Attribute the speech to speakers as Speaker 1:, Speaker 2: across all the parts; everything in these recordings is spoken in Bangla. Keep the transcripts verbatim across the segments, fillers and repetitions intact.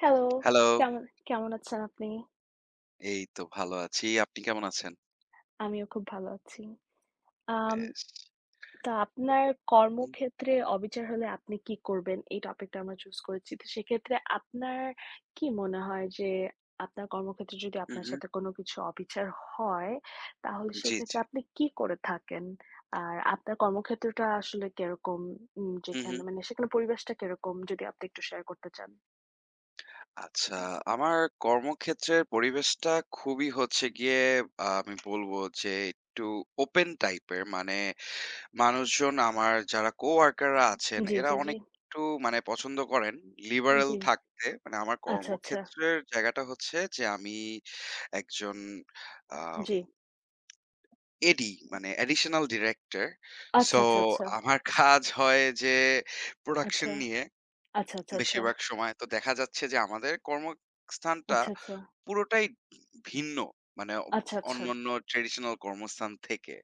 Speaker 1: Hello,
Speaker 2: hello.
Speaker 1: কেমন কেমন আছেন আপনি?
Speaker 2: এই তো ভালো আছি। আপনি কেমন আছেন?
Speaker 1: আমিও খুব ভালো আছি। আম
Speaker 2: বেশ।
Speaker 1: তো আপনার
Speaker 2: হুম,
Speaker 1: কর্মক্ষেত্রে অবিচার হলে আপনি কি করবেন? এই টপিকটা আমরা চুজ করেছি। তো সেক্ষেত্রে আপনার কি মনে হয় যে আপনার কর্মক্ষেত্রে যদি
Speaker 2: হুম,
Speaker 1: আপনার
Speaker 2: হুম।
Speaker 1: সাথে কোনো কিছু অবিচার হয়, তাহলে
Speaker 2: জি, জি।
Speaker 1: সেক্ষেত্রে আপনি কি করে থাকেন? আর আপনার কর্মক্ষেত্রটা আসলে কিরকম? উম
Speaker 2: হুম, হুম।
Speaker 1: যেখানে মানে সেখানে পরিবেশটা কিরকম? যদি আপনি একটু শেয়ার করতে চান।
Speaker 2: আচ্ছা, আমার কর্মক্ষেত্রের পরিবেশটা খুবই হচ্ছে গিয়ে আ আমি বলবো যে একটু ওপেন টাইপের। মানে মানুষজন আমার যারা co-workerরা আছেন
Speaker 1: জি,
Speaker 2: এরা
Speaker 1: জি,
Speaker 2: হুম,
Speaker 1: জি।
Speaker 2: অনেক হুম। একটু মানে পছন্দ করেন লিবারেল
Speaker 1: জি।
Speaker 2: থাকতে। মানে আমার
Speaker 1: আচ্ছা, আচ্ছা।
Speaker 2: কর্মক্ষেত্রের জায়গাটা হচ্ছে যে আমি একজন আম
Speaker 1: জি।
Speaker 2: এডি মানে অ্যাডিশনাল ডিরেক্টর।
Speaker 1: আচ্ছা,
Speaker 2: সো
Speaker 1: আচ্ছা, আচ্ছা।
Speaker 2: আমার কাজ হয় যে প্রোডাকশন
Speaker 1: আচ্ছা।
Speaker 2: নিয়ে
Speaker 1: আচ্ছা, আচ্ছা, আচ্ছা।
Speaker 2: বেশিরভাগ সময়। তো দেখা যাচ্ছে যে আমাদের কর্মস্থানটা পুরোটাই ভিন্ন। মানে
Speaker 1: আচ্ছা, আচ্ছা।
Speaker 2: অন্যান্য ট্র্যাডিশনাল কর্মস্থান থেকে।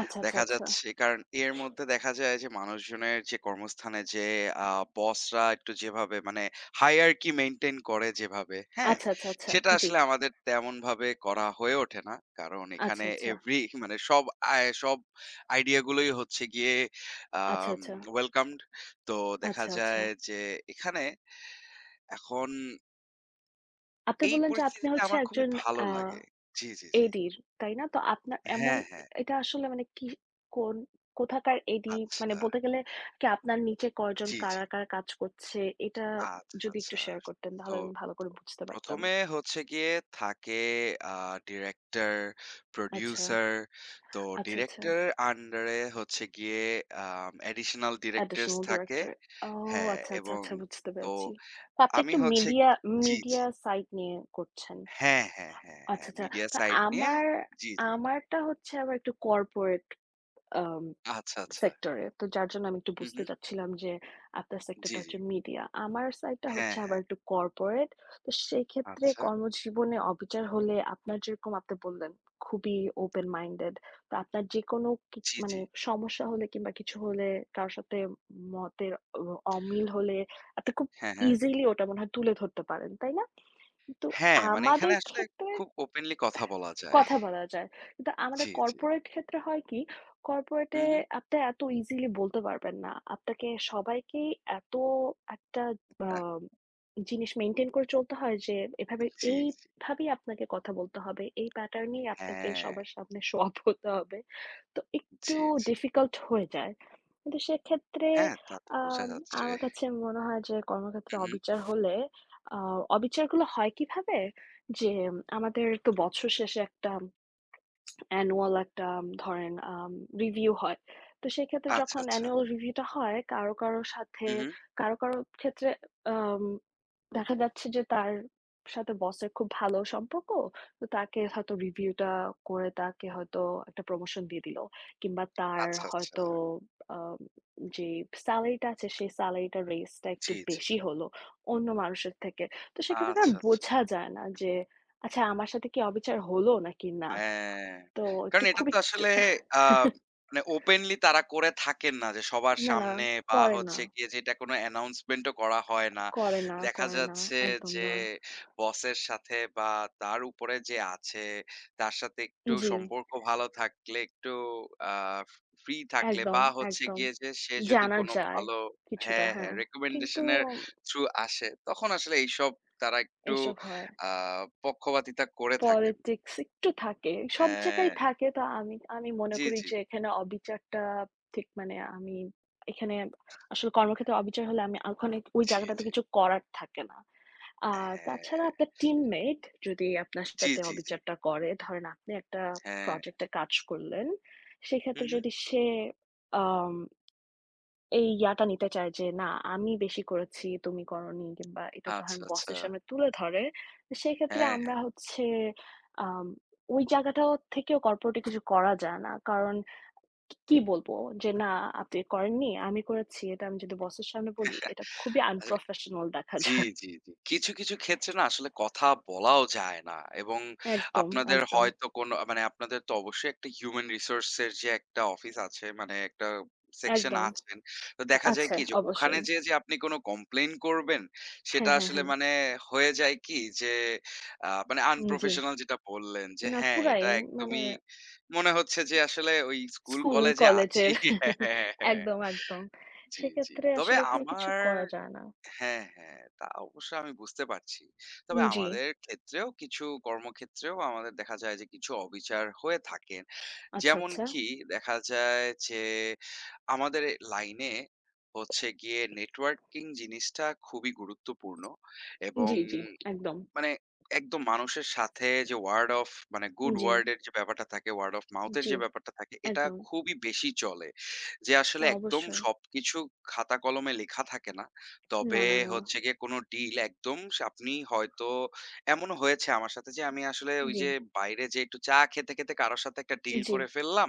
Speaker 1: আচ্ছা,
Speaker 2: দেখা
Speaker 1: আচ্ছা।
Speaker 2: যাচ্ছে কারণ এর মধ্যে দেখা যায় যে মানুষজনের যে কর্মস্থানে যে আ বসরা একটু যেভাবে মানে হায়ারার্কি মেইনটেইন করে যেভাবে, হ্যাঁ?
Speaker 1: আচ্ছা, আচ্ছা, আচ্ছা।
Speaker 2: সেটা
Speaker 1: আচ্ছা, আচ্ছা, আচ্ছা। জি।
Speaker 2: আসলে আমাদের তেমনভাবে করা হয়ে ওঠে না। কারণ এখানে
Speaker 1: আচ্ছা, আচ্ছা।
Speaker 2: এভরি মানে সব আয় সব আইডিয়া গুলোই হচ্ছে গিয়ে
Speaker 1: আচ্ছা,
Speaker 2: আম
Speaker 1: আচ্ছা।
Speaker 2: ওয়েলকামড। তো দেখা
Speaker 1: আচ্ছা, আচ্ছা।
Speaker 2: যায় যে এখানে এখন
Speaker 1: আপনি
Speaker 2: এই
Speaker 1: বললেন যে আপনি
Speaker 2: পরিস্থিতিতে
Speaker 1: হচ্ছে
Speaker 2: আমার খুবই
Speaker 1: একজন
Speaker 2: ভালো
Speaker 1: আ
Speaker 2: লাগে। জি, জি, জি।
Speaker 1: এডির, তাই না? তো আপনার এমন
Speaker 2: হ্যাঁ, হ্যাঁ।
Speaker 1: এটা আসলে মানে কি কোন কোথাকার এডি?
Speaker 2: আচ্ছা।
Speaker 1: মানে বলতে গেলে কি আপনার নিচে কয়জন
Speaker 2: জি, জি।
Speaker 1: কারা, কারা কাজ করছে? এটা
Speaker 2: আচ্ছা,
Speaker 1: যদি একটু
Speaker 2: আচ্ছা।
Speaker 1: শেয়ার করতেন
Speaker 2: তো
Speaker 1: তাহলে আমি ভালো করে বুঝতে পারতাম।
Speaker 2: প্রথমে হচ্ছে গিয়ে থাকে আ ডিরেক্টর,
Speaker 1: আচ্ছা।
Speaker 2: প্রোডিউসার। তো
Speaker 1: আচ্ছা, আচ্ছা।
Speaker 2: ডিরেক্টরের আন্ডারে হচ্ছে গিয়ে আম অ্যাডিশনাল ডিরেক্টরস
Speaker 1: অ্যাডিশনাল
Speaker 2: থাকে।
Speaker 1: ডিরেক্টর। ও
Speaker 2: হ্যাঁ,
Speaker 1: আচ্ছা, আচ্ছা,
Speaker 2: এবং
Speaker 1: আচ্ছা বুঝতে
Speaker 2: তো
Speaker 1: পেরেছি। তো আপনি
Speaker 2: আমি
Speaker 1: একটু
Speaker 2: হচ্ছে
Speaker 1: মিডিয়া,
Speaker 2: জি, জি।
Speaker 1: মিডিয়া সাইট নিয়ে করছেন।
Speaker 2: হ্যাঁ, হ্যাঁ, হ্যাঁ,
Speaker 1: আচ্ছা,
Speaker 2: হ্যাঁ।
Speaker 1: আচ্ছা।
Speaker 2: মিডিয়া
Speaker 1: তো
Speaker 2: সাইট নিয়ে
Speaker 1: আমার
Speaker 2: জি, জি।
Speaker 1: আমারটা হচ্ছে আবার একটু কর্পোরেট আম
Speaker 2: আচ্ছা, আচ্ছা।
Speaker 1: সেক্টরে। তো যার জন্য আমি একটু
Speaker 2: হু, হু।
Speaker 1: বুঝতে চাচ্ছিলাম যে আপনার
Speaker 2: জি,
Speaker 1: সেক্টরটা
Speaker 2: জি।
Speaker 1: হচ্ছে মিডিয়া। আমার সাইডটা
Speaker 2: হ্যাঁ,
Speaker 1: হচ্ছে
Speaker 2: হ্যাঁ।
Speaker 1: আবার একটু কর্পোরেট। তো সেক্ষেত্রে
Speaker 2: আচ্ছা।
Speaker 1: কর্মজীবনে অবিচার হলে আপনার যেরকম আপনি বললেন, খুবই ওপেন মাইন্ডেড। তো আপনার যেকোনো কি
Speaker 2: জি,
Speaker 1: মানে
Speaker 2: জি।
Speaker 1: সমস্যা হলে কিংবা কিছু হলে কারো সাথে মতের অ অমিল হলে আপনি খুব
Speaker 2: হ্যাঁ, হ্যাঁ।
Speaker 1: ইজিলি ওটা মনে হয় তুলে ধরতে পারেন, তাই না? কিন্তু
Speaker 2: হ্যাঁ, মানে এখানে
Speaker 1: আমাদের
Speaker 2: আসলে
Speaker 1: ক্ষেত্রে
Speaker 2: খুব ওপেনলি কথা বলা যায়।
Speaker 1: কথা বলা যায়। কিন্তু আমাদের
Speaker 2: জি, জি।
Speaker 1: কর্পোরেট ক্ষেত্রে হয় কি,
Speaker 2: হু,
Speaker 1: কর্পোরেটে
Speaker 2: হু।
Speaker 1: আপনি এত ইজিলি বলতে পারবেন না। আপনাকে সবাইকেই এত একটা আ
Speaker 2: আহ
Speaker 1: জিনিস মেইনটেইন করে চলতে হয় যে এভাবে
Speaker 2: জি, জি।
Speaker 1: এইভাবেই আপনাকে কথা বলতে হবে। এই প্যাটার্নেই আপনাকে
Speaker 2: হ্যাঁ।
Speaker 1: সবার সামনে শো অফ হতে হবে। তো একটু
Speaker 2: জি, জি।
Speaker 1: ডিফিকাল্ট হয়ে যায়। কিন্তু সেক্ষেত্রে
Speaker 2: হ্যাঁ, তা তো বোঝা
Speaker 1: আম
Speaker 2: যাচ্ছে।
Speaker 1: আমার কাছে মনে হয় যে কর্মক্ষেত্রে
Speaker 2: হু, হু।
Speaker 1: অবিচার হলে আ অবিচারগুলো হয় কিভাবে? যে আমাদের তো বছর শেষে একটা অ্যানুয়াল একটা উম, ধরেন আম রিভিউ হয়। তো সেক্ষেত্রে
Speaker 2: আচ্ছা,
Speaker 1: যখন
Speaker 2: আচ্ছা।
Speaker 1: অ্যানুয়াল রিভিউটা হয় কারো, কারো সাথে
Speaker 2: হু, হু।
Speaker 1: কারো, কারো ক্ষেত্রে আম দেখা যাচ্ছে যে তার সাথে বসের খুব ভালো সম্পর্ক। তো তাকে হয়তো রিভিউটা করে তাকে হয়তো একটা প্রমোশন দিয়ে দিল। কিংবা তার
Speaker 2: আচ্ছা, আচ্ছা।
Speaker 1: হয়তো আম যে সেলারিটা আছে সেই সেলারিটা রেইজটা একটু
Speaker 2: জি, জি।
Speaker 1: বেশি হলো অন্য মানুষের থেকে। তো সেক্ষেত্রে না
Speaker 2: আচ্ছা, আচ্ছা।
Speaker 1: বোঝা যায় না যে আচ্ছা আমার সাথে কি অবিচার হলো নাকি না?
Speaker 2: হ্যাঁ,
Speaker 1: তো
Speaker 2: কারণ
Speaker 1: একটু
Speaker 2: এটা
Speaker 1: খুব
Speaker 2: তো
Speaker 1: একটু
Speaker 2: আসলে আ মানে ওপেনলি তারা করে থাকেন না যে সবার
Speaker 1: না, না
Speaker 2: সামনে বা
Speaker 1: করে না,
Speaker 2: হচ্ছে গিয়ে যে এটা কোনো অ্যানাউন্সমেন্ট ও করা হয় না।
Speaker 1: করে না,
Speaker 2: দেখা
Speaker 1: করে না।
Speaker 2: যাচ্ছে
Speaker 1: একদম
Speaker 2: যে
Speaker 1: না।
Speaker 2: বসের সাথে বা তার উপরে যে আছে তার সাথে একটু
Speaker 1: জি,
Speaker 2: সম্পর্ক ভালো থাকলে একটু আ ফ্রি থাকলে
Speaker 1: একদম,
Speaker 2: বা হচ্ছে
Speaker 1: একদম।
Speaker 2: গিয়ে যে সে যদি
Speaker 1: জানা
Speaker 2: কোনো
Speaker 1: যায়
Speaker 2: ভালো
Speaker 1: কিছুটা,
Speaker 2: হ্যাঁ, হ্যাঁ
Speaker 1: হ্যাঁ। কিন্তু
Speaker 2: রিকমেন্ডেশন এর থ্রু আসে তখন আসলে এইসব তারা একটু
Speaker 1: এসব হয়।
Speaker 2: আ পক্ষপাতিতা করে থাকেন।
Speaker 1: পলিটিক্স একটু থাকে। সব
Speaker 2: হ্যাঁ।
Speaker 1: জায়গায় থাকে। তো আমি আমি মনে
Speaker 2: জি,
Speaker 1: করি
Speaker 2: জি,
Speaker 1: যে এখানে অবিচারটা ঠিক মানে আমি এখানে আসলে কর্মক্ষেত্রে অবিচার হলে আমি ওখানে ওই
Speaker 2: জি,
Speaker 1: জায়গাটাতে
Speaker 2: জি।
Speaker 1: কিছু করার থাকে না। আ
Speaker 2: হ্যাঁ,
Speaker 1: তাছাড়া আপনার টিমমেট যদি আপনার
Speaker 2: জি,
Speaker 1: সাথে
Speaker 2: জি, জি।
Speaker 1: অবিচারটা করে, ধরেন আপনি একটা
Speaker 2: হ্যাঁ।
Speaker 1: প্রজেক্টে কাজ করলেন।
Speaker 2: হু,
Speaker 1: সেক্ষেত্রে
Speaker 2: হু।
Speaker 1: যদি সে আম এই ইয়াটা নিতে চায় যে, "না, আমি বেশি করেছি, তুমি করোনি" কিংবা এটা যখন
Speaker 2: আচ্ছা, আচ্ছা।
Speaker 1: বসের সামনে তুলে ধরে, সেক্ষেত্রে
Speaker 2: হ্যাঁ,
Speaker 1: আমরা হচ্ছে আম ওই জায়গাটা থেকেও কর্পোরেটে কিছু করা যায় না। কারণ কি, কি বলবো যে, "না, আপনি করেননি, আমি করেছি।" এটা আমি যদি বসের সামনে বলি, এটা খুবই আনপ্রফেশনাল দেখা
Speaker 2: জি,
Speaker 1: যায়।
Speaker 2: জি, জি। কিছু, কিছু ক্ষেত্রে না আসলে কথা বলাও যায় না এবং
Speaker 1: একদম,
Speaker 2: আপনাদের
Speaker 1: একদম,
Speaker 2: হয়তো কোনো মানে আপনাদের তো অবশ্যই একটা হিউম্যান রিসোর্স এর যে একটা অফিস আছে মানে একটা সেকশন
Speaker 1: একদম।
Speaker 2: আছেন। তো
Speaker 1: আ
Speaker 2: দেখা যায়
Speaker 1: আছে
Speaker 2: কি যে ওখানে
Speaker 1: অবশ্যই।
Speaker 2: যেয়ে যে আপনি কোনো কমপ্লেইন করবেন সেটা
Speaker 1: হ্যাঁ, হ্যাঁ,
Speaker 2: আসলে
Speaker 1: হ্যাঁ।
Speaker 2: মানে হয়ে যায় কি যে আ মানে
Speaker 1: উম, জি।
Speaker 2: আনপ্রফেশনাল যেটা বললেন যে
Speaker 1: না
Speaker 2: হ্যাঁ,
Speaker 1: পুরাই
Speaker 2: এটা
Speaker 1: মানে
Speaker 2: একদমই মনে হচ্ছে যে আসলে ওই স্কুল
Speaker 1: স্কুল
Speaker 2: কলেজে আছি
Speaker 1: কলেজের
Speaker 2: হ্যাঁ, হ্যাঁ, হ্যাঁ।
Speaker 1: একদম, একদম।
Speaker 2: জি, জি।
Speaker 1: সেক্ষেত্রে
Speaker 2: তবে
Speaker 1: আসলে এখানে কিছু
Speaker 2: আমার
Speaker 1: করা যায় না।
Speaker 2: হ্যাঁ, হ্যাঁ, তা অবশ্য আমি বুঝতে পারছি। তবে
Speaker 1: জি,
Speaker 2: আমাদের ক্ষেত্রেও কিছু কর্মক্ষেত্রেও আমাদের দেখা যায় যে কিছু অবিচার হয়ে থাকে।
Speaker 1: আচ্ছা,
Speaker 2: যেমন
Speaker 1: আচ্ছা।
Speaker 2: কি দেখা যায় যে আমাদের এ লাইনে হচ্ছে গিয়ে নেটওয়ার্কিং জিনিসটা খুবই গুরুত্বপূর্ণ এবং
Speaker 1: জি, জি, একদম।
Speaker 2: মানে একদম মানুষের সাথে যে word of মানে good
Speaker 1: জি,
Speaker 2: word এর যে ব্যাপারটা থাকে, word of mouth এর
Speaker 1: জি,
Speaker 2: যে ব্যাপারটা থাকে, এটা
Speaker 1: একদম।
Speaker 2: খুবই বেশি চলে। যে আসলে
Speaker 1: না
Speaker 2: একদম
Speaker 1: অবশ্যই।
Speaker 2: সবকিছু খাতা কলমে লেখা থাকে না।
Speaker 1: না,
Speaker 2: তবে
Speaker 1: না, না।
Speaker 2: হচ্ছে গিয়ে কোনো ডিল একদম স আপনি হয়তো এমনও হয়েছে আমার সাথে যে আমি আসলে ওই
Speaker 1: জি,
Speaker 2: যে বাইরে যেয়ে একটু চা খেতে, খেতে কারো সাথে একটা ডিল
Speaker 1: জি।
Speaker 2: করে ফেললাম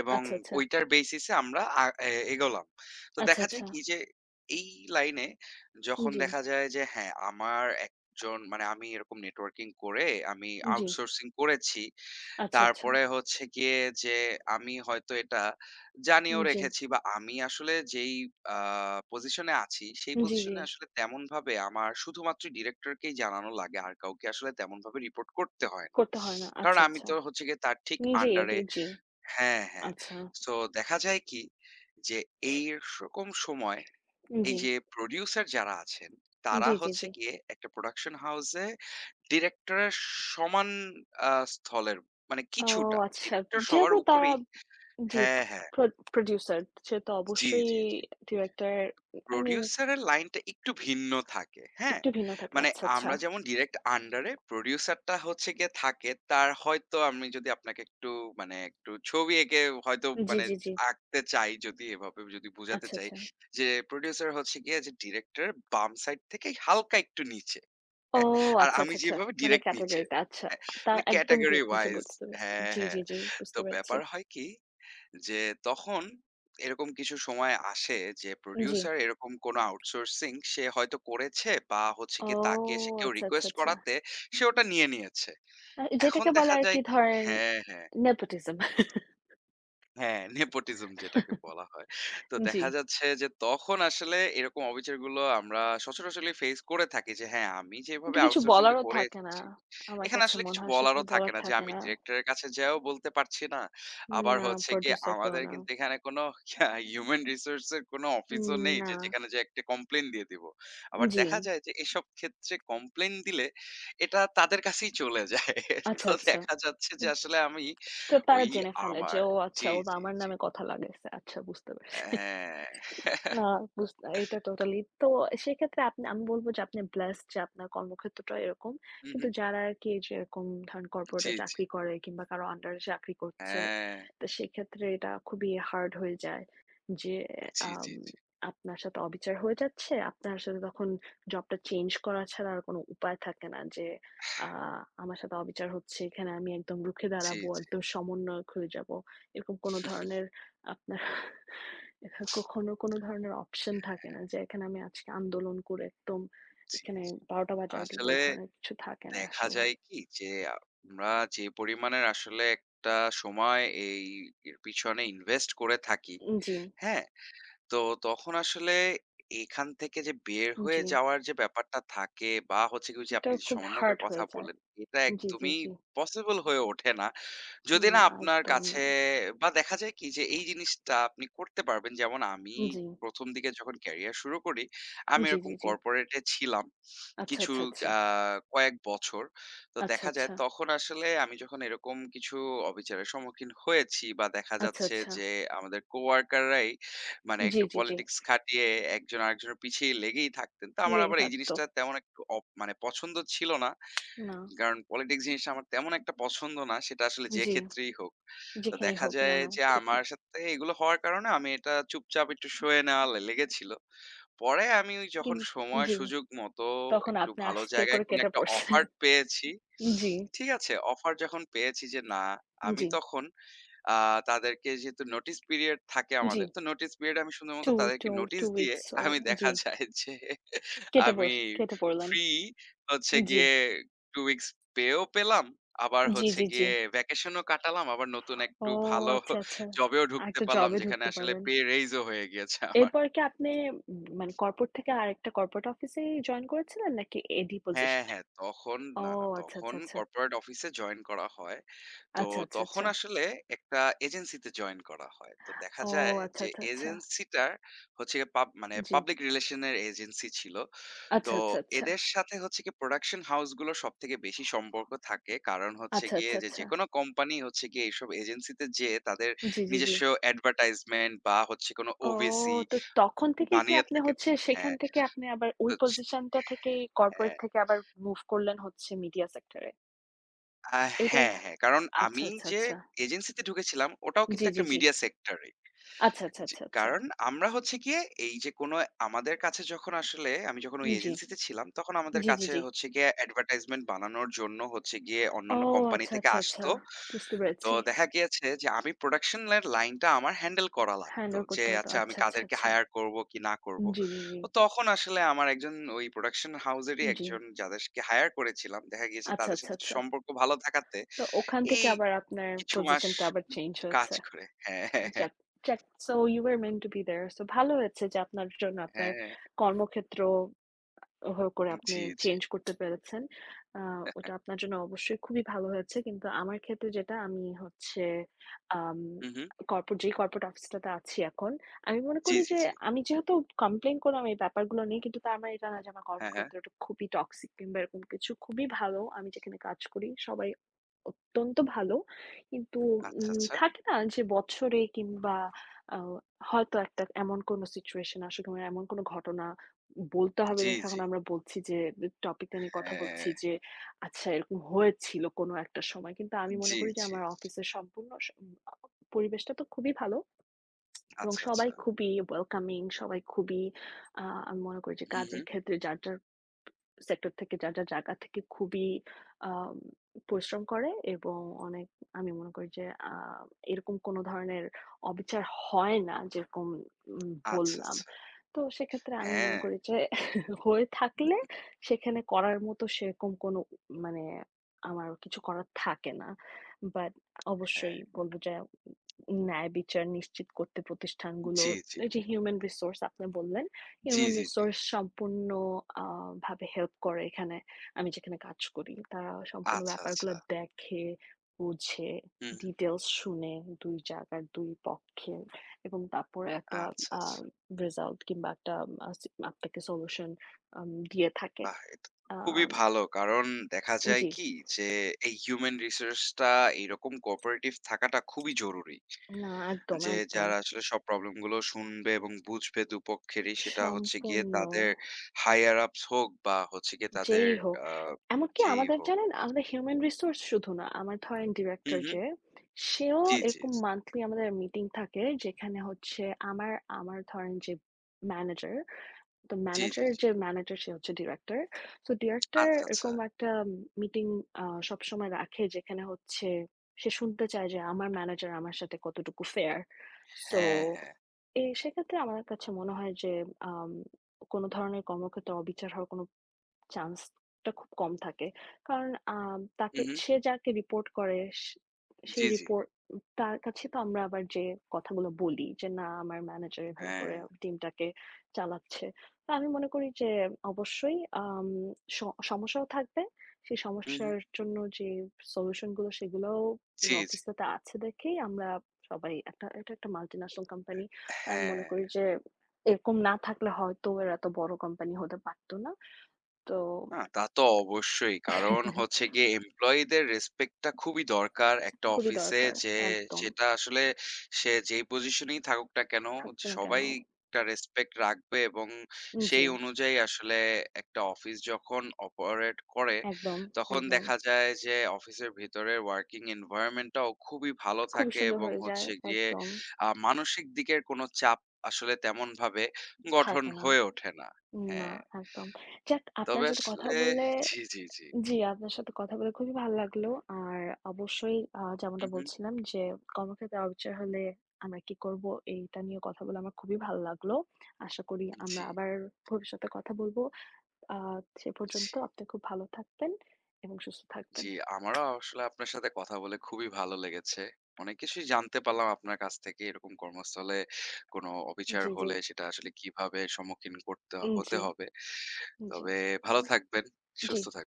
Speaker 2: এবং
Speaker 1: আচ্ছা, আচ্ছা,
Speaker 2: ঐটার বেসিস এ আমরা আ এ এগোলাম। তো
Speaker 1: আচ্ছা,
Speaker 2: দেখা যায়
Speaker 1: আচ্ছা।
Speaker 2: কি যে এই লাইনে যখন
Speaker 1: জি,
Speaker 2: দেখা যায় যে হ্যাঁ, আমার জন মানে আমি এরকম নেটওয়ার্কিং করে আমি
Speaker 1: জি,
Speaker 2: আউটসোর্সিং করেছি।
Speaker 1: আচ্ছা, আচ্ছা।
Speaker 2: তারপরে হচ্ছে গিয়ে যে আমি হয়তো এটা জানিয়েও
Speaker 1: জি,
Speaker 2: রেখেছি বা আমি আসলে যেই আ পজিশনে আছি সেই
Speaker 1: জি, জি।
Speaker 2: পজিশনে আসলে তেমনভাবে আমার শুধুমাত্র ডিরেক্টরকেই জানানো লাগে। আর কাউকে আসলে তেমনভাবে রিপোর্ট করতে হয় না।
Speaker 1: করতে হয় না।
Speaker 2: কারণ
Speaker 1: আচ্ছা,
Speaker 2: আমি
Speaker 1: আচ্ছা।
Speaker 2: তো হচ্ছে গিয়ে তার ঠিক
Speaker 1: নিজেই এটি
Speaker 2: আন্ডারে
Speaker 1: জি,
Speaker 2: হ্যাঁ, হ্যাঁ।
Speaker 1: আচ্ছা।
Speaker 2: সো দেখা যায় কি যে এইরকম সময় এই
Speaker 1: জি,
Speaker 2: যে প্রোডিউসার যারা আছেন তারা
Speaker 1: জি, জি,
Speaker 2: হচ্ছে
Speaker 1: জি।
Speaker 2: গিয়ে একটা প্রোডাকশন হাউসে ডিরেক্টরের সমান আ স্থলের মানে
Speaker 1: ও
Speaker 2: কিছুটা।
Speaker 1: আচ্ছা।
Speaker 2: ডিরেক্টর সবার
Speaker 1: যেহেতু তারা
Speaker 2: উপরেই
Speaker 1: জি,
Speaker 2: হ্যাঁ, হ্যাঁ।
Speaker 1: প্র প্রোডিউসার সে তো
Speaker 2: জি,
Speaker 1: অবশ্যই
Speaker 2: জি, জি।
Speaker 1: ডিরেক্টর আই মিন
Speaker 2: প্রোডিউসারের লাইনটা একটু ভিন্ন থাকে। হ্যাঁ?
Speaker 1: একটু ভিন্ন থাকে।
Speaker 2: মানে
Speaker 1: আচ্ছা, আচ্ছা।
Speaker 2: আমরা যেমন ডিরেক্ট আন্ডারে প্রোডিউসারটা হচ্ছে গিয়ে থাকে তার হয়তো আমি যদি আপনাকে একটু মানে একটু ছবি এঁকে হয়তো
Speaker 1: জি,
Speaker 2: মানে
Speaker 1: জি, জি।
Speaker 2: আঁকতে চাই যদি এভাবে যদি বুঝাতে
Speaker 1: আচ্ছা,
Speaker 2: চাই
Speaker 1: আচ্ছা।
Speaker 2: যে প্রোডিউসার হচ্ছে গিয়ে যে ডিরেক্টরের বাম সাইড থেকে হালকা একটু নিচে।
Speaker 1: ও
Speaker 2: আর
Speaker 1: আচ্ছা,
Speaker 2: আমি
Speaker 1: আচ্ছা, আচ্ছা।
Speaker 2: যেভাবে
Speaker 1: মানে
Speaker 2: ডিরেক্ট নিচে।
Speaker 1: ক্যাটেগরিতে আচ্ছা।
Speaker 2: হ্যাঁ,
Speaker 1: তার
Speaker 2: মানে
Speaker 1: একদম
Speaker 2: ক্যাটেগরি
Speaker 1: ডিরেক্ট নিচে
Speaker 2: ওয়াইজ
Speaker 1: বুঝতে পারছি।
Speaker 2: হ্যাঁ,
Speaker 1: জি,
Speaker 2: হ্যাঁ।
Speaker 1: জি, জি
Speaker 2: তো
Speaker 1: বুঝতে পারছি।
Speaker 2: ব্যাপার হয় কি যে তখন এরকম কিছু সময় আসে যে
Speaker 1: জি।
Speaker 2: প্রোডিউসার এরকম কোনো আউটসোর্সিং সে হয়তো করেছে বা হচ্ছে
Speaker 1: ও
Speaker 2: গিয়ে তাকে এসে কেউ
Speaker 1: আচ্ছা, আচ্ছা,
Speaker 2: রিকোয়েস্ট
Speaker 1: আচ্ছা।
Speaker 2: করাতে সে ওটা নিয়ে নিয়েছে।
Speaker 1: আ
Speaker 2: এখন
Speaker 1: যেটাকে বলে
Speaker 2: দেখা যায়
Speaker 1: আরকি ধরেন
Speaker 2: হ্যাঁ, হ্যাঁ।
Speaker 1: নেপোটিজম
Speaker 2: হ্যাঁ, নেপোটিজম যেটাকে বলা হয়। তো
Speaker 1: জি।
Speaker 2: দেখা যাচ্ছে যে তখন আসলে এরকম অবিচারগুলো আমরা সচরাচরই ফেস করে থাকি যে হ্যাঁ, আমি যেভাবে
Speaker 1: কিন্তু কিছু
Speaker 2: আউটসোর্সিং টা
Speaker 1: বলারও
Speaker 2: করে
Speaker 1: থাকে না।
Speaker 2: এসেছি,
Speaker 1: আমার
Speaker 2: এখানে
Speaker 1: কাছে
Speaker 2: আসলে
Speaker 1: মনে
Speaker 2: কিছু
Speaker 1: হয়
Speaker 2: বলারও
Speaker 1: সেখানে
Speaker 2: থাকে
Speaker 1: বলার
Speaker 2: না যে
Speaker 1: থাকে
Speaker 2: আমি
Speaker 1: না।
Speaker 2: ডিরেক্টর এর কাছে যেয়েও বলতে পারছি না। আবার
Speaker 1: না,
Speaker 2: হচ্ছে গিয়ে
Speaker 1: প্রোডিউসার কেউ
Speaker 2: আমাদের
Speaker 1: না।
Speaker 2: কিন্তু এখানে কোনো হিউম্যান রিসোর্স এর কোনো
Speaker 1: উম,
Speaker 2: অফিসও নেই
Speaker 1: না।
Speaker 2: যে যেখানে যেয়ে একটা কমপ্লেইন দিয়ে দিব। আবার
Speaker 1: জি।
Speaker 2: দেখা যায় যে এসব ক্ষেত্রে কমপ্লেইন দিলে এটা তাদের কাছেই চলে যায়। তো
Speaker 1: আচ্ছা, আচ্ছা।
Speaker 2: দেখা যাচ্ছে যে আসলে আমি
Speaker 1: তো তারা
Speaker 2: ওই
Speaker 1: জেনে ফেলে যে,
Speaker 2: আমার
Speaker 1: ও আচ্ছা
Speaker 2: জি,
Speaker 1: ও
Speaker 2: জি,
Speaker 1: আমার
Speaker 2: জি।
Speaker 1: নামে কথা লাগাইছে। আচ্ছা বুঝতে পারছি।
Speaker 2: হ্যাঁ।
Speaker 1: না, বুঝ এটা টোটালি। তো সেক্ষেত্রে আপনি আমি বলব যে আপনি ব্লেসড যে আপনার কর্মক্ষেত্রটা এরকম।
Speaker 2: হু, হু।
Speaker 1: কিন্তু যারা আরকি এই যে এরকম ধরেন কর্পোরেট
Speaker 2: জি,
Speaker 1: এ
Speaker 2: জি।
Speaker 1: চাকরি করে কিংবা কারো আন্ডার এ চাকরি করছে,
Speaker 2: হ্যাঁ।
Speaker 1: তো সেক্ষেত্রে এটা খুবই হার্ড হয়ে যায়। যে
Speaker 2: জি,
Speaker 1: আম
Speaker 2: জি, জি।
Speaker 1: আপনার সাথে অবিচার হয়ে যাচ্ছে। আপনার সাথে তখন জবটা চেঞ্জ করা ছাড়া আর কোনো উপায় থাকে না যে আ আমার সাথে অবিচার হচ্ছে। এখানে আমি একদম রুখে
Speaker 2: জি,
Speaker 1: দাঁড়াবো,
Speaker 2: জি,
Speaker 1: একদম সমন্বয়ক হয়ে যাবো। এরকম কোনো ধরনের আপনার এখা কখনো কোনো ধরনের অপশন থাকে না যে এখানে আমি আজকে আন্দোলন করে একদম
Speaker 2: জি,
Speaker 1: এখানে
Speaker 2: জি।
Speaker 1: বারোটা বাজায় দিব
Speaker 2: আসলে
Speaker 1: এই ধরনের কিছু থাকে না
Speaker 2: দেখা
Speaker 1: আসলে।
Speaker 2: যায় কি যে আমরা যে পরিমাণের আসলে একটা সময় এই এর পিছনে ইনভেস্ট করে থাকি,
Speaker 1: জি,
Speaker 2: হ্যাঁ? তো তখন আসলে এখান থেকে যে বের হয়ে
Speaker 1: জি।
Speaker 2: যাওয়ার যে ব্যাপারটা থাকে বা হচ্ছে কি ওই যে
Speaker 1: এটা
Speaker 2: আপনি যে
Speaker 1: খুব
Speaker 2: সমন্বয়কের
Speaker 1: হার্ট
Speaker 2: কথা
Speaker 1: হয়ে যায়।
Speaker 2: বললেন, এটা
Speaker 1: জি, জি,
Speaker 2: একদমই
Speaker 1: জি।
Speaker 2: পসিবল হয়ে ওঠে না। যদি না
Speaker 1: না
Speaker 2: আপনার
Speaker 1: একদম না।
Speaker 2: কাছে বা দেখা যায় কি যে এই জিনিসটা আপনি করতে পারবেন। যেমন আমি
Speaker 1: জি,
Speaker 2: ১ম দিকে যখন ক্যারিয়ার শুরু করি, আমি
Speaker 1: জি,
Speaker 2: এরকম
Speaker 1: জি, জি।
Speaker 2: কর্পোরেটে ছিলাম
Speaker 1: আচ্ছা,
Speaker 2: কিছু
Speaker 1: আচ্ছা, আচ্ছা।
Speaker 2: আ কয়েক বছর। তো
Speaker 1: আচ্ছা,
Speaker 2: দেখা যায়
Speaker 1: আচ্ছা।
Speaker 2: তখন আসলে আমি যখন এরকম কিছু অবিচারের সম্মুখীন হয়েছি বা দেখা
Speaker 1: আচ্ছা,
Speaker 2: যাচ্ছে
Speaker 1: আচ্ছা।
Speaker 2: যে আমাদের কো-ওয়ার্কাররাই মানে
Speaker 1: জি,
Speaker 2: একটু
Speaker 1: জি, জি।
Speaker 2: পলিটিক্স খাটিয়ে একজন আরেকজনের পিছিয়ে লেগেই থাকতেন। তো আমার
Speaker 1: লেগে
Speaker 2: আবার এই
Speaker 1: থাকতো।
Speaker 2: জিনিসটা তেমন একটু অপ মানে পছন্দ ছিল না।
Speaker 1: না।
Speaker 2: কারণ পলিটিক্স জিনিসটা আমার তেমন একটা পছন্দ না। সেটা আসলে যে
Speaker 1: জি,
Speaker 2: ক্ষেত্রেই হোক। তো
Speaker 1: যেখানেই
Speaker 2: দেখা
Speaker 1: হোক না,
Speaker 2: যায়
Speaker 1: না
Speaker 2: যে
Speaker 1: ঠিকই।
Speaker 2: আমার সাথে এগুলো হওয়ার কারণে আমি এটা চুপচাপ একটু সয়ে নেওয়া লে লেগেছিল। পরে আমি ওই
Speaker 1: কিন
Speaker 2: যখন সময়
Speaker 1: জি,
Speaker 2: সুযোগ মতো
Speaker 1: তখন
Speaker 2: একটু
Speaker 1: আপনি
Speaker 2: ভালো
Speaker 1: আস্তে
Speaker 2: জায়গায়
Speaker 1: করে
Speaker 2: কোনো
Speaker 1: কেটে
Speaker 2: একটা
Speaker 1: পড়ছেন।
Speaker 2: অফার পেয়েছি।
Speaker 1: জি,
Speaker 2: ঠিক আছে? অফার যখন পেয়েছি যে না, আমি
Speaker 1: জি,
Speaker 2: তখন আ তাদেরকে যেহেতু নোটিস পিরিয়ড থাকে
Speaker 1: জি।
Speaker 2: আমাদের। তো নোটিস পিরিয়ড আমি সুন্দর মতো
Speaker 1: টু,
Speaker 2: তাদেরকে
Speaker 1: টু,
Speaker 2: নোটিস
Speaker 1: টু
Speaker 2: দিয়ে
Speaker 1: weeks or
Speaker 2: আমি দেখা
Speaker 1: জি।
Speaker 2: যায় যে
Speaker 1: কেটে
Speaker 2: আমি
Speaker 1: পড়স কেটে পড়লেন।
Speaker 2: ফ্রি হচ্ছে
Speaker 1: জি।
Speaker 2: গিয়ে দুই উইকস পেয়েও পেলাম। আবার
Speaker 1: জি,
Speaker 2: হচ্ছে
Speaker 1: জি, জি।
Speaker 2: গিয়ে ভ্যাকেশন ও কাটালাম। আবার নতুন
Speaker 1: ও
Speaker 2: একটু ভালো
Speaker 1: আচ্ছা, আচ্ছা।
Speaker 2: জবেও ঢুকতে
Speaker 1: আরেকটা
Speaker 2: পারলাম
Speaker 1: জবে
Speaker 2: যেখানে
Speaker 1: ঢুকতে
Speaker 2: আসলে
Speaker 1: পারলেন।
Speaker 2: পে রেইজ ও হয়ে গিয়েছে আমার।
Speaker 1: এরপর কি আপনি উম, মানে কর্পোরেট থেকে আরেকটা কর্পোরেট অফিসেই জয়েন করেছিলেন নাকি এডি
Speaker 2: হ্যাঁ,
Speaker 1: পজিশনে?
Speaker 2: হ্যাঁ। তখন
Speaker 1: ও
Speaker 2: না, না
Speaker 1: আচ্ছা,
Speaker 2: তখন
Speaker 1: আচ্ছা, আচ্ছা।
Speaker 2: কর্পোরেট অফিসে জয়েন করা হয়। তো
Speaker 1: আচ্ছা, আচ্ছা,
Speaker 2: তখন
Speaker 1: আচ্ছা।
Speaker 2: আসলে একটা এজেন্সিতে জয়েন করা হয়। তো দেখা
Speaker 1: ও
Speaker 2: যায়
Speaker 1: আচ্ছা,
Speaker 2: যে
Speaker 1: আচ্ছা, আচ্ছা।
Speaker 2: এজেন্সিটার হচ্ছে গিয়ে পাব মানে
Speaker 1: জি।
Speaker 2: পাবলিক রিলেশনের এজেন্সি ছিল। তো
Speaker 1: আচ্ছা, আচ্ছা, আচ্ছা।
Speaker 2: এদের সাথে হচ্ছে গিয়ে প্রোডাকশন হাউসগুলোর সবথেকে বেশি সম্পর্ক থাকে। কারণ হচ্ছে
Speaker 1: আচ্ছা,
Speaker 2: গিয়ে
Speaker 1: আচ্ছা,
Speaker 2: যে
Speaker 1: আচ্ছা।
Speaker 2: যেকোনো কোম্পানি হচ্ছে গিয়ে এইসব এজেন্সিতে যেয়ে তাদের
Speaker 1: জি, জি, জি।
Speaker 2: নিজস্ব অ্যাডভার্টাইজমেন্ট বা হচ্ছে কোনো
Speaker 1: ও
Speaker 2: ওভিসি
Speaker 1: তো তখন থেকে কি
Speaker 2: বানিয়ে
Speaker 1: আপনি
Speaker 2: থাকেন
Speaker 1: হচ্ছে সেখান
Speaker 2: হ্যাঁ,
Speaker 1: থেকে আপনি আবার
Speaker 2: তো
Speaker 1: ওই পজিশনটা থেকে কর্পোরেট
Speaker 2: হ্যাঁ,
Speaker 1: থেকে আবার মুভ করলেন হচ্ছে মিডিয়া সেক্টরে?
Speaker 2: আ
Speaker 1: এটাই
Speaker 2: হ্যাঁ, হ্যাঁ। কারণ
Speaker 1: আচ্ছা,
Speaker 2: আমি
Speaker 1: আচ্ছা,
Speaker 2: যে
Speaker 1: আচ্ছা।
Speaker 2: এজেন্সিতে ঢুকেছিলাম ওটাও কিন্তু
Speaker 1: জি,
Speaker 2: একটা
Speaker 1: জি, জি।
Speaker 2: মিডিয়া সেক্টরে।
Speaker 1: আচ্ছা, আচ্ছা,
Speaker 2: জি,
Speaker 1: আচ্ছা, আচ্ছা।
Speaker 2: কারণ আমরা হচ্ছে গিয়ে এই যে কোনো আমাদের কাছে যখন আসলে আমি যখন ওই
Speaker 1: জি,
Speaker 2: এজেন্সিতে ছিলাম, তখন আমাদের
Speaker 1: জি, জি,
Speaker 2: কাছে
Speaker 1: জি।
Speaker 2: হচ্ছে গিয়ে অ্যাডভার্টাইজমেন্ট বানানোর জন্য হচ্ছে গিয়ে
Speaker 1: ও
Speaker 2: অন্যান্য কোম্পানি
Speaker 1: আচ্ছা,
Speaker 2: থেকে
Speaker 1: আচ্ছা, আচ্ছা।
Speaker 2: আসতো।
Speaker 1: বুঝতে
Speaker 2: তো
Speaker 1: পেরেছি।
Speaker 2: দেখা গিয়েছে যে আমি প্রোডাকশন এর লাইনটা আমার হ্যান্ডেল করা লাগতো।
Speaker 1: হ্যান্ডেল
Speaker 2: যে
Speaker 1: করতে হতো।
Speaker 2: আচ্ছা আমি
Speaker 1: আচ্ছা, আচ্ছা,
Speaker 2: কাদেরকে
Speaker 1: আচ্ছা।
Speaker 2: হায়ার করব কি না করব।
Speaker 1: জি, জি, জি,
Speaker 2: তো তখন আসলে আমার একজন ওই প্রোডাকশন হাউস এরই
Speaker 1: জি।
Speaker 2: একজন যাদেরকে হায়ার করেছিলাম, দেখা গিয়েছে
Speaker 1: আচ্ছা,
Speaker 2: তাদের
Speaker 1: আচ্ছা,
Speaker 2: সাথে একটু
Speaker 1: আচ্ছা।
Speaker 2: সম্পর্ক ভালো থাকাতে
Speaker 1: তো ওখান
Speaker 2: এই
Speaker 1: থেকে আবার আপনার
Speaker 2: কিছু মাস
Speaker 1: পজিশনটা আবার চেঞ্জ
Speaker 2: কাজ
Speaker 1: হয়েছে।
Speaker 2: করে হ্যাঁ, হ্যাঁ, হ্যাঁ,
Speaker 1: যাক, যাক। So you were meant to be there. So ভালো হয়েছে যে আপনার জন্য আপনার
Speaker 2: হ্যাঁ,
Speaker 1: কর্মক্ষেত্র ওভাবে করে আপনি
Speaker 2: জি, জি।
Speaker 1: চেঞ্জ করতে পেরেছেন। আ ওটা আপনার জন্য অবশ্যই খুবই ভালো হয়েছে। কিন্তু আমার ক্ষেত্রে যেটা আমি হচ্ছে আম
Speaker 2: হু, হু।
Speaker 1: কর্পোরেট যেই কর্পোরেট অফিসটাতে আছি এখন, আমি মনে
Speaker 2: জি,
Speaker 1: করি
Speaker 2: জি,
Speaker 1: যে
Speaker 2: জি।
Speaker 1: আমি যেহেতু কমপ্লেইন করলাম এই ব্যাপারগুলো নিয়ে কিন্তু তার মানে এটা না যে আমার
Speaker 2: হ্যাঁ, হ্যাঁ।
Speaker 1: কর্মক্ষেত্রটা খুবই টক্সিক কিংবা এরকম কিছু। খুবই ভালো আমি যেখানে কাজ করি সবাই অত্যন্ত ভালো। কিন্তু
Speaker 2: আচ্ছা,
Speaker 1: উম
Speaker 2: আচ্ছা।
Speaker 1: থাকে না যে বছরে কিংবা আ হয়তো একটা এমন কোনো সিচুয়েশন আসলে আমার এমন কোনো ঘটনা বলতে হবে
Speaker 2: জি,
Speaker 1: দেখে
Speaker 2: জি।
Speaker 1: এখন আমরা বলছি যে টপিকটা নিয়ে কথা
Speaker 2: হ্যাঁ।
Speaker 1: বলছি যে আচ্ছা এরকম হয়েছিল কোনো একটা সময়। কিন্তু আমি মনে
Speaker 2: জি,
Speaker 1: করি
Speaker 2: জি।
Speaker 1: যে
Speaker 2: জি।
Speaker 1: আমার অফিসের সম্পূর্ণ স আ পরিবেশটা তো খুবই ভালো এবং
Speaker 2: আচ্ছা,
Speaker 1: সবাই
Speaker 2: আচ্ছা।
Speaker 1: খুবই ওয়েলকামিং সবাই খুবই আ আমি মনে করি যে
Speaker 2: হুম,
Speaker 1: কাজের
Speaker 2: হুম।
Speaker 1: ক্ষেত্রে যার, যার সেক্টর থেকে যার, যার জায়গা থেকে খুবই আম পরিশ্রম করে এবং অনেক আমি মনে করি যে আ এরকম কোনো ধরনের অবিচার হয় না যেরকম উম
Speaker 2: আচ্ছা,
Speaker 1: বললাম।
Speaker 2: আচ্ছা।
Speaker 1: তো সেক্ষেত্রে আমি মনে
Speaker 2: হ্যাঁ,
Speaker 1: করি যে হয়ে থাকলে সেখানে করার মতো সেরকম কোনো মানে আমার কিছু করার থাকে না। বাট
Speaker 2: হ্যাঁ।
Speaker 1: অবশ্যই বলব যে ন্যায় বিচার নিশ্চিত করতে প্রতিষ্ঠানগুলো
Speaker 2: জি, জি।
Speaker 1: এই যে হিউমেন রিসোর্স আপনি বললেন
Speaker 2: জি,
Speaker 1: হিউম্যান
Speaker 2: জি, জি।
Speaker 1: রিসোর্স সম্পূর্ণ আ ভাবে হেল্প করে এখানে। আমি যেখানে কাজ করি। তারা সম্পূর্ণ
Speaker 2: আচ্ছা, আচ্ছা।
Speaker 1: ব্যাপারগুলো দেখে, বুঝে,
Speaker 2: হুম,
Speaker 1: ডিটেইলস শুনে দুই জায়গার দুই পক্ষের এবং তারপরে একটা
Speaker 2: আচ্ছা,
Speaker 1: আ
Speaker 2: আচ্ছা।
Speaker 1: রেজাল্ট কিংবা একটা আ সি আপনাকে সলিউশন আম দিয়ে থাকে।
Speaker 2: বাহ! এটা তো
Speaker 1: আ
Speaker 2: খুবই ভালো। কারণ দেখা যায়
Speaker 1: জি।
Speaker 2: কি যে এই হিউম্যান রিসোর্স টা এইরকম কোঅপারেটিভ থাকাটা খুবই জরুরি।
Speaker 1: না একদম,
Speaker 2: যে
Speaker 1: একদম।
Speaker 2: যারা আসলে সব প্রবলেম গুলো শুনবে এবং বুঝবে দুপক্ষেরই সেটা হচ্ছে গিয়ে
Speaker 1: সম্পূর্ণ
Speaker 2: তাদের হায়ার আপস হোক বা হচ্ছে গিয়ে তাদের
Speaker 1: যেই হোক।
Speaker 2: আ
Speaker 1: এমনকি
Speaker 2: যেই
Speaker 1: আমাদের
Speaker 2: হোক।
Speaker 1: জানেন আমাদের হিউম্যান রিসোর্স শুধু না, আমার ধরেন
Speaker 2: হুম,
Speaker 1: ডিরেক্টর
Speaker 2: হুম।
Speaker 1: যে, সেও
Speaker 2: জি, জি,
Speaker 1: এরকম
Speaker 2: জি।
Speaker 1: মান্থলি আমাদের মিটিং থাকে যেখানে হচ্ছে আমার আমার ধরেন যে ম্যানেজার, তো
Speaker 2: জি, জি,
Speaker 1: ম্যানেজার
Speaker 2: জি।
Speaker 1: যে ম্যানেজার সে হচ্ছে ডিরেক্টর। সো ডিরেক্টর
Speaker 2: আচ্ছা, আচ্ছা।
Speaker 1: এরকম একটা মিটিং আ সবসময় রাখে যেখানে হচ্ছে সে শুনতে চায় যে আমার ম্যানেজার আমার সাথে কতটুকু ফেয়ার। সো
Speaker 2: হ্যাঁ, হ্যাঁ।
Speaker 1: এ সেক্ষেত্রে আমার কাছে মনে হয় যে আম কোন ধরনের কর্মক্ষেত্রে অবিচার হওয়ার কোন চান্সটা খুব কম থাকে। কারণ আ তাকে
Speaker 2: হুম, হুম।
Speaker 1: সে যাকে রিপোর্ট করে সে
Speaker 2: জি,
Speaker 1: সেই
Speaker 2: জি।
Speaker 1: রিপোর্ট তার কাছে তো আমরা আবার যেয়ে কথাগুলো বলি যে, "না, আমার ম্যানেজার এভাবে
Speaker 2: হ্যাঁ।
Speaker 1: করে টিমটাকে চালাচ্ছে।" তো আমি মনে করি যে অবশ্যই আম স সমস্যাও থাকবে। সেই
Speaker 2: হুম, হুম।
Speaker 1: সমস্যার জন্য যে সলিউশন গুলো সেগুলোও এই
Speaker 2: জি, জি।
Speaker 1: অফিসটাতে আছে দেখেই আমরা সবাই একটা এটা একটা মাল্টিন্যাশনাল কোম্পানি। তো আমি
Speaker 2: হ্যাঁ।
Speaker 1: মনে করি যে এরকম না থাকলে হয়তো এরা এত বড় কোম্পানি হতে পারত না। তো
Speaker 2: না, তা তো অবশ্যই। কারণ হচ্ছে গিয়ে এমপ্লয়িদের রেসপেক্টটা খুবই দরকার একটা
Speaker 1: খুবই
Speaker 2: অফিসে
Speaker 1: দরকার।
Speaker 2: যে
Speaker 1: একদম।
Speaker 2: সেটা আসলে সে যেই পজিশনেই থাকুক না কেন
Speaker 1: থাকতো
Speaker 2: যে
Speaker 1: না কেন?
Speaker 2: সবাই একটা রেসপেক্ট রাখবে এবং
Speaker 1: জি।
Speaker 2: সেই অনুযায়ী আসলে একটা অফিস যখন অপারেট করে
Speaker 1: একদম,
Speaker 2: তখন
Speaker 1: একদম।
Speaker 2: দেখা যায় যে অফিসের ভেতরের ওয়ার্কিং এনভায়রনমেন্টটাও খুবই ভালো
Speaker 1: খুবই
Speaker 2: থাকে
Speaker 1: সুন্দর
Speaker 2: এবং
Speaker 1: হয়ে যায়।
Speaker 2: হচ্ছে গিয়ে
Speaker 1: একদম।
Speaker 2: আ মানসিক দিকের কোনো চাপ আসলে তেমনভাবে গঠন
Speaker 1: থাকে না।
Speaker 2: হয়ে ওঠে না।
Speaker 1: না,
Speaker 2: হ্যাঁ।
Speaker 1: একদম। যাক আপনার
Speaker 2: তবে
Speaker 1: সাথে কথা
Speaker 2: আসলে
Speaker 1: বলে
Speaker 2: জি, জি, জি।
Speaker 1: জি, আপনার সাথে কথা বলে খুবই ভালো লাগলো। আর অবশ্যই আ
Speaker 2: হু,
Speaker 1: যেমনটা
Speaker 2: হু।
Speaker 1: বলছিলাম যে কর্মক্ষেত্রে অবিচার হলে আমরা কি করব? এইটা নিয়ে কথা বলে আমার খুবই ভালো লাগলো। আশা করি আমরা
Speaker 2: জি,
Speaker 1: আবার ভবিষ্যতে কথা বলব। আ সে পর্যন্ত
Speaker 2: জি,
Speaker 1: আপনি খুব ভালো থাকবেন এবং সুস্থ থাকবেন।
Speaker 2: জি। আমারও আসলে আপনার সাথে কথা বলে খুবই ভালো লেগেছে। অনেক কিছুই জানতে পারলাম আপনার কাছ থেকে। এরকম কর্মস্থলে কোনো অবিচার
Speaker 1: জি, জি।
Speaker 2: হলে সেটা আসলে কিভাবে সম্মুখীন করতে হতে
Speaker 1: জি,
Speaker 2: হবে।
Speaker 1: জি।
Speaker 2: তবে ভালো থাকবেন,
Speaker 1: জি।
Speaker 2: সুস্থ থাকবেন।